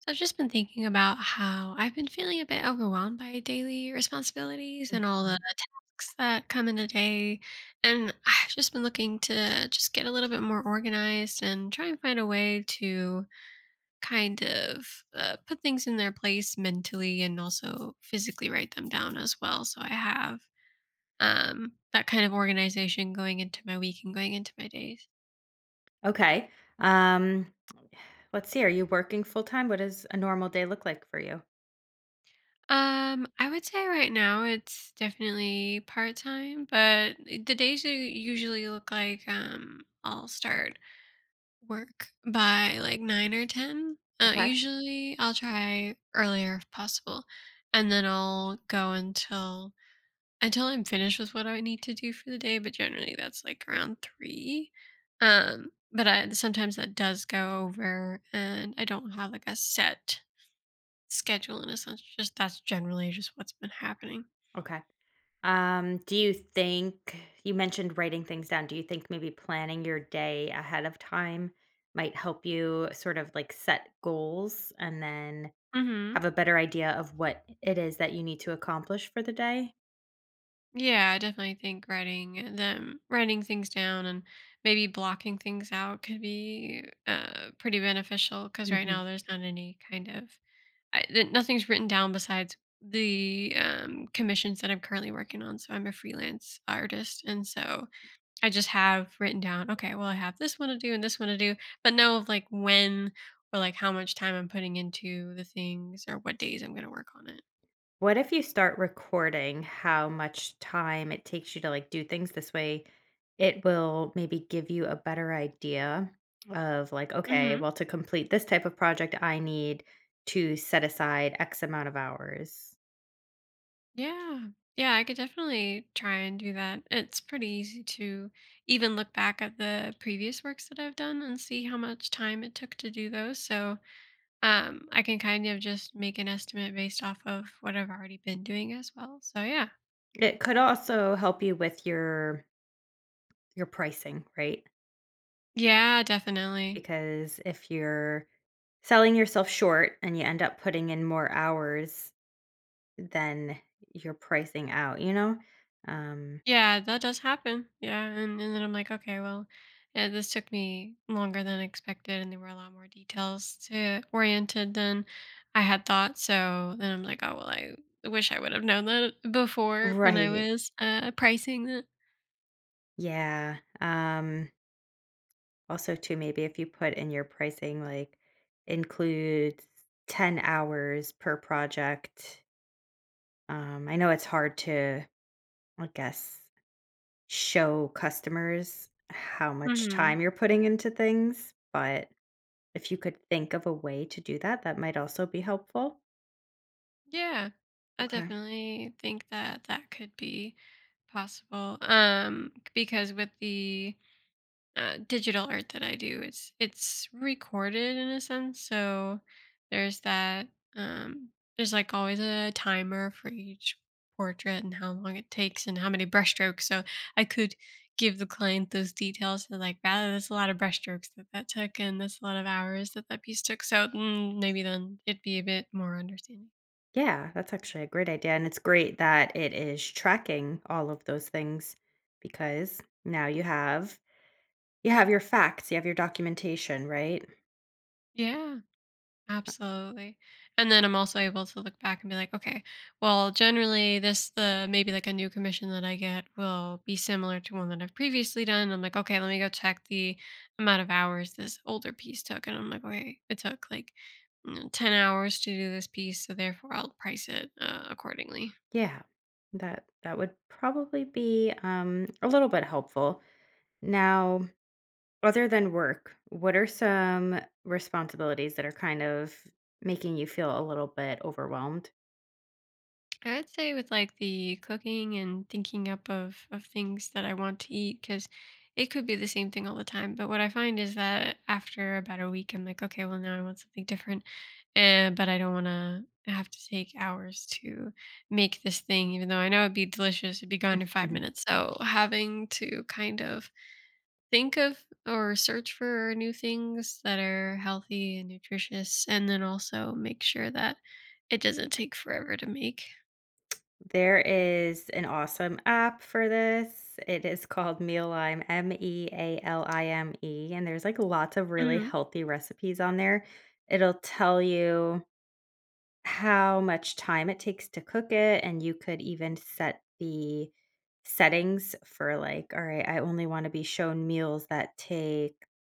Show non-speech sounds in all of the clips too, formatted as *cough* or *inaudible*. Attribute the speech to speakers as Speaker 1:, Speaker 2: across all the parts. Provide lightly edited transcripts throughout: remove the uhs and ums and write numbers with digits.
Speaker 1: So I've just been thinking about how I've been feeling a bit overwhelmed by daily responsibilities and all the
Speaker 2: Mm.
Speaker 1: tasks that come in a day. And I've just been looking to just get a little bit more organized and try and find a way to kind of put things in their place mentally and also physically write them down as well. So I have that kind of organization going into my week and going into my days.
Speaker 2: Okay. Um, let's see. Are you working full time? What does a normal day look like for you?
Speaker 1: I would say right now it's definitely part time, but the days usually look like I'll start work by like nine or ten.
Speaker 2: Okay.
Speaker 1: Usually I'll try earlier if possible, and then I'll go until I'm finished with what I need to do for the day. But generally that's like around three. But sometimes that does go over, and I don't have like a set schedule in a sense. Just that's generally just what's been happening.
Speaker 2: Okay. Do you think you mentioned writing things down? Do you think maybe planning your day ahead of time might help you sort of like set goals and then
Speaker 1: hmm
Speaker 2: have a better idea of what it is that you need to accomplish for the day?
Speaker 1: Yeah, I definitely think writing things down, and maybe blocking things out could be pretty beneficial. Because right
Speaker 2: Mhm.
Speaker 1: now, there's not any kind of nothing's written down besides the commissions that I'm currently working on. So I'm a freelance artist, and so I just have written down, okay, well, I have this one to do and this one to do, but no, of, like when or like how much time I'm putting into the things or what days I'm going to work on it.
Speaker 2: What if you start recording how much time it takes you to like do things this way? It will maybe give you a better idea of like, okay,
Speaker 1: hmm
Speaker 2: well, to complete this type of project, I need to set aside X amount of hours.
Speaker 1: Yeah. Yeah, I could definitely try and do that. It's pretty easy to even look back at the previous works that I've done and see how much time it took to do those. So I can kind of just make an estimate based off of what I've already been doing as well. So, yeah.
Speaker 2: It could also help you with your pricing, right?
Speaker 1: Yeah, definitely.
Speaker 2: Because if you're selling yourself short and you end up putting in more hours than you're pricing out? Um,
Speaker 1: Yeah, that does happen. Yeah, and then I'm like, okay, well, this took me longer than expected, and there were a lot more details to oriented than I had thought. So then I'm like, oh well, I wish I would have known that before when I
Speaker 2: right.
Speaker 1: was pricing it.
Speaker 2: Yeah. Also too, maybe if you put in your pricing, like includes 10 hours per project. I know it's hard to, I guess, show customers how much
Speaker 1: hmm
Speaker 2: time you're putting into things, but if you could think of a way to do that, that might also be helpful.
Speaker 1: Yeah, I
Speaker 2: Okay.
Speaker 1: definitely think that that could be possible. Because with the digital art that I do. It's recorded in a sense, so there's that. Um, there's like always a timer for each portrait and how long it takes and how many brushstrokes. So I could give the client those details. And like, wow, that's a lot of brushstrokes that that took, and that's a lot of hours that that piece took. So maybe then it'd be a bit more understanding.
Speaker 2: Yeah, that's actually a great idea. And it's great that it is tracking all of those things because now you have you have your facts, you have your documentation, right?
Speaker 1: Yeah. Absolutely. And then I'm also able to look back and be like, okay, well, generally this the maybe like a new commission that I get will be similar to one that I've previously done. I'm like, okay, let me go check the amount of hours this older piece took. And I'm like, okay, it took like 10 hours to do this piece. So therefore I'll price it accordingly.
Speaker 2: Yeah. That that would probably be, a little bit helpful. Now, other than work, what are some responsibilities that are kind of making you feel a little bit overwhelmed?
Speaker 1: I'd say with like the cooking and thinking up of things that I want to eat because it could be the same thing all the time. But what I find is that after about a week, I'm like, okay, well now I want something different, but I don't want to have to take hours to make this thing, even though I know it'd be delicious. It'd be gone in five
Speaker 2: *laughs*
Speaker 1: minutes. So having to kind of think of or search for new things that are healthy and nutritious, and then also make sure that it doesn't take forever to make.
Speaker 2: There is an awesome app for this. It is called Mealime. Mealime, and there's, like, lots of really healthy recipes on there. It'll tell you how much time it takes to cook it, and you could even set the settings for, like, "Alright, I only wanna be shown meals that take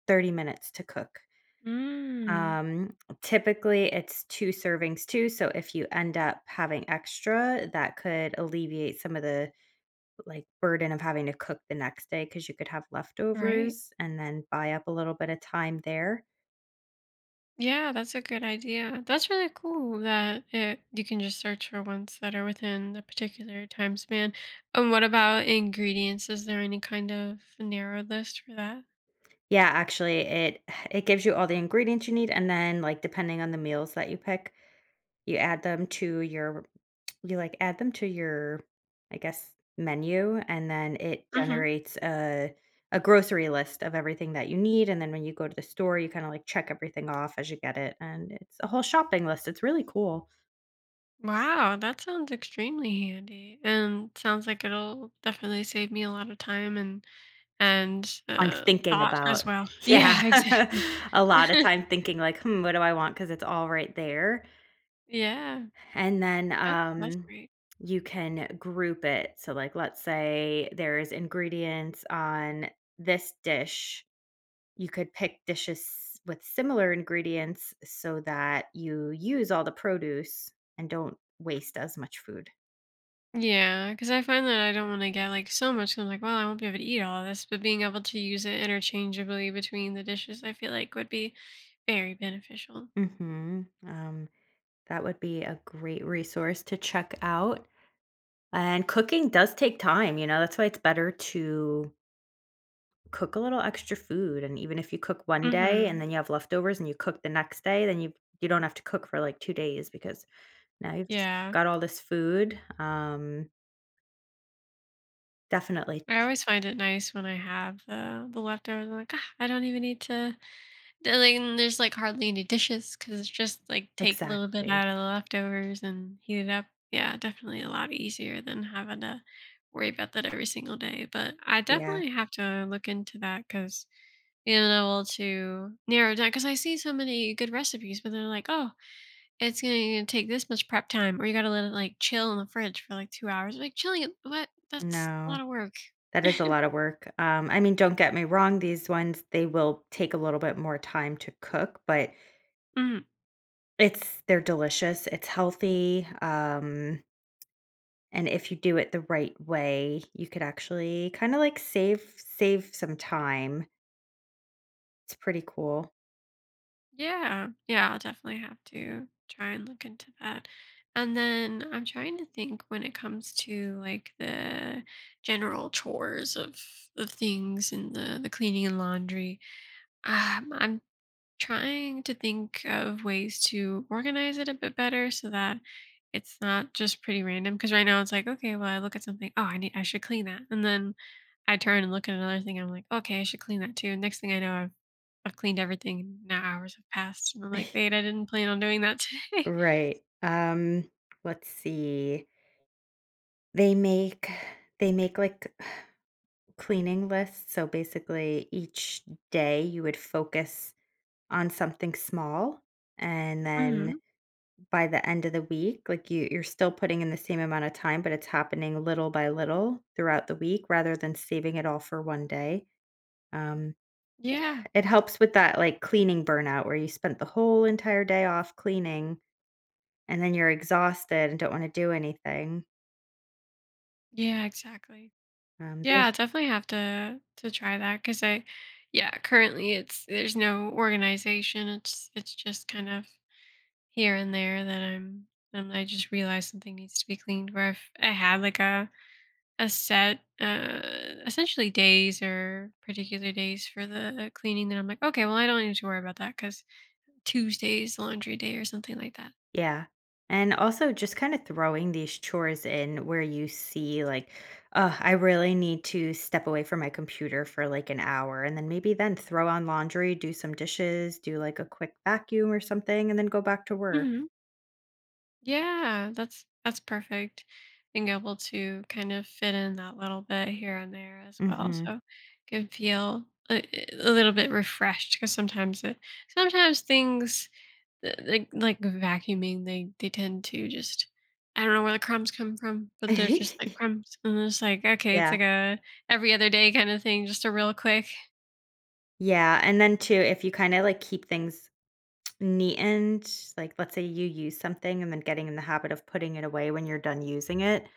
Speaker 2: 30 minutes to cook."
Speaker 1: Mm,
Speaker 2: Um, typically it's 2 servings too, so if you end up having extra, that could alleviate some of the, like, burden of having to cook the next day because you could have
Speaker 1: right.
Speaker 2: leftovers and then buy up a little bit of time there.
Speaker 1: Yeah, that's a good idea. That's really cool that you can just search for ones that are within the particular time span. And what about ingredients? Is there any kind of narrow list for that?
Speaker 2: Yeah, actually, it gives you all the ingredients you need, and then, like, depending on the meals that you pick, you add them to your you, like, add them to your, I guess, menu, and then it
Speaker 1: hmm
Speaker 2: generates a grocery list of everything that you need, and then when you go to the store, you kinda, like, check everything off as you get it, and it's a whole shopping list, it's really cool
Speaker 1: Wow, that sounds extremely handy, and sounds like it'll definitely save me a lot of time and
Speaker 2: on thinking
Speaker 1: thought as
Speaker 2: about *laughs*
Speaker 1: well.
Speaker 2: Yeah.
Speaker 1: Yeah, *laughs*
Speaker 2: *laughs*
Speaker 1: exactly.
Speaker 2: A lot of
Speaker 1: *laughs*
Speaker 2: time thinking like, "Hmm, what do I want? Because it's all right there,
Speaker 1: yeah,
Speaker 2: and then,
Speaker 1: that's great.
Speaker 2: you can group it, so, like, let's say there's ingredients on this dish you could pick dishes with similar ingredients so that you use all the produce and don't waste as much food.
Speaker 1: Yeah, because I find that I don't want to get like so much. 'Cause I'm like, well, I won't be able to eat all this, but being able to use it interchangeably between the dishes, I feel like would be very beneficial.
Speaker 2: Mhm. That would be a great resource to check out. And cooking does take time, you know, that's why it's better to cook a little extra food, and even if you cook one day and
Speaker 1: Mm-hmm.
Speaker 2: then you have leftovers and you cook the next day, then you don't have to cook for, like, 2 days because now you've just
Speaker 1: Yeah,
Speaker 2: got all this food, definitely
Speaker 1: I always find it nice when I have the leftovers. I'm like, ah, I don't even need to. Then, like, and there's like hardly any dishes because it's just like take a little bit
Speaker 2: exactly.
Speaker 1: out of the leftovers and heat it up. Yeah, definitely a lot easier than having to worry about that every single day. But I
Speaker 2: Yeah.
Speaker 1: definitely have to look into that because unable to narrow it down because I see so many good recipes, but they're like, "Oh, it's gonna take this much prep time, or you gotta let it like chill in the fridge for like 2 hours." Like chilling it, what? That's a
Speaker 2: No.
Speaker 1: lot of work.
Speaker 2: That is a lot of work. I mean, don't get me wrong, these ones, they will take a little bit more time to cook, but
Speaker 1: Mm.
Speaker 2: it's they're delicious, it's healthy, and if you do it the right way, you could actually kinda, like, save some time. It's pretty cool.
Speaker 1: Yeah, yeah, I'll definitely have to try and look into that. And then I'm trying to think when it comes to like the general chores of things and the cleaning and laundry. I'm trying to think of ways to organize it a bit better so that it's not just pretty random. Because right now it's like, okay, well, I look at something, oh, I should clean that, and then I turn and look at another thing, I'm like, okay, I should clean that too. Next thing I know, I've cleaned everything. And now hours have passed, and I'm like, wait, I didn't plan on doing that today.
Speaker 2: Right. Let's see. They make they make, like, cleaning lists, so basically each day you would focus on something small, and
Speaker 1: *laughs*
Speaker 2: then
Speaker 1: hmm
Speaker 2: by the end of the week, like, you're still putting in the same amount of time, but it's happening little by little throughout the week rather than saving it all for one day. Um,
Speaker 1: Yeah,
Speaker 2: it helps with that, like, cleaning burnout where you spent the whole entire day off cleaning and then you're exhausted and don't wanna do anything.
Speaker 1: yeah, exactly. Yeah, I
Speaker 2: Those
Speaker 1: definitely have to try that because yeah, currently it's there's no organization. It's just kind of here and there that I'm I just realized something needs to be cleaned. Where I had like a set, essentially days or particular days for the cleaning. That I'm like, okay, well, I don't need to worry about that because Tuesday's laundry day or something like that.
Speaker 2: yeah. And also just kinda throwing these chores in where you see, like, oh, I really need to step away from my computer for, like, an hour," and then maybe then throw on laundry, do some dishes, do, like, a quick vacuum or something, and then go back to work.
Speaker 1: hmm Yeah, that's perfect. Being able to kind of fit in that little bit here and there as well,
Speaker 2: Mhm.
Speaker 1: so can feel a little bit refreshed. Because sometimes things like vacuuming, they tend to just I don't know where the crumbs come from, but they're just
Speaker 2: *laughs*
Speaker 1: like crumbs, and it's like okay, it's
Speaker 2: Yeah.
Speaker 1: like a every other day kind of thing, just a real quick.
Speaker 2: Yeah, and then too, if you kinda, like, keep things neatened, like let's say you use something and then getting in the habit of putting it away when you're done using it,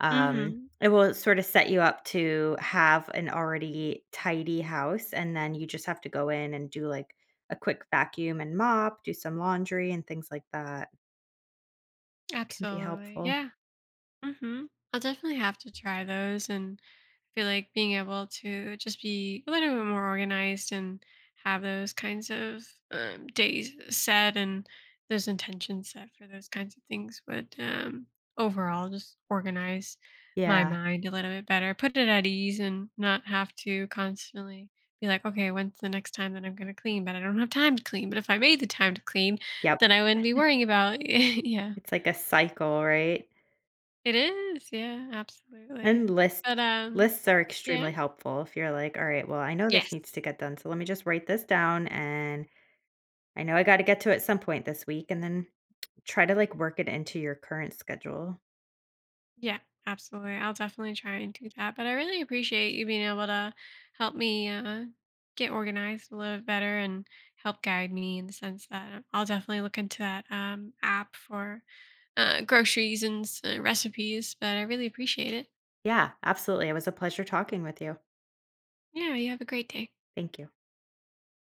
Speaker 1: Mm-hmm.
Speaker 2: it will sort of set you up to have an already tidy house. And then you just have to go in and do like a quick vacuum and mop, do some laundry and things like that can be
Speaker 1: Absolutely,
Speaker 2: helpful.
Speaker 1: yeah. Mm-hmm. I'll definitely have to try those and feel like being able to just be a little bit more organized and have those kinds of days set and those intentions set for those kinds of things would overall just organize my
Speaker 2: Yeah.
Speaker 1: mind a little bit better, put it at ease, and not have to constantly be like, okay, when's the next time that I'm going to clean? But I don't have time to clean. But if I made the time to clean,
Speaker 2: Yep.
Speaker 1: then I wouldn't be worrying about. *laughs* yeah,
Speaker 2: It's like a cycle, right?
Speaker 1: it is. Yeah, absolutely.
Speaker 2: And lists
Speaker 1: But
Speaker 2: lists are
Speaker 1: yeah.
Speaker 2: extremely helpful if you're like, all right, well, I know this
Speaker 1: Yes.
Speaker 2: needs to get done. So let me just write this down and I know I gotta get to it some point this week and then try to, like, work it into your current schedule.
Speaker 1: Yeah, absolutely. I'll definitely try and do that. But I really appreciate you being able to help me get organized, a little better, and help guide me in the sense that I'll definitely look into that app for groceries and recipes. But I really appreciate it.
Speaker 2: Yeah, absolutely, it was a pleasure talking with you.
Speaker 1: Yeah, you have a great day.
Speaker 2: Thank you.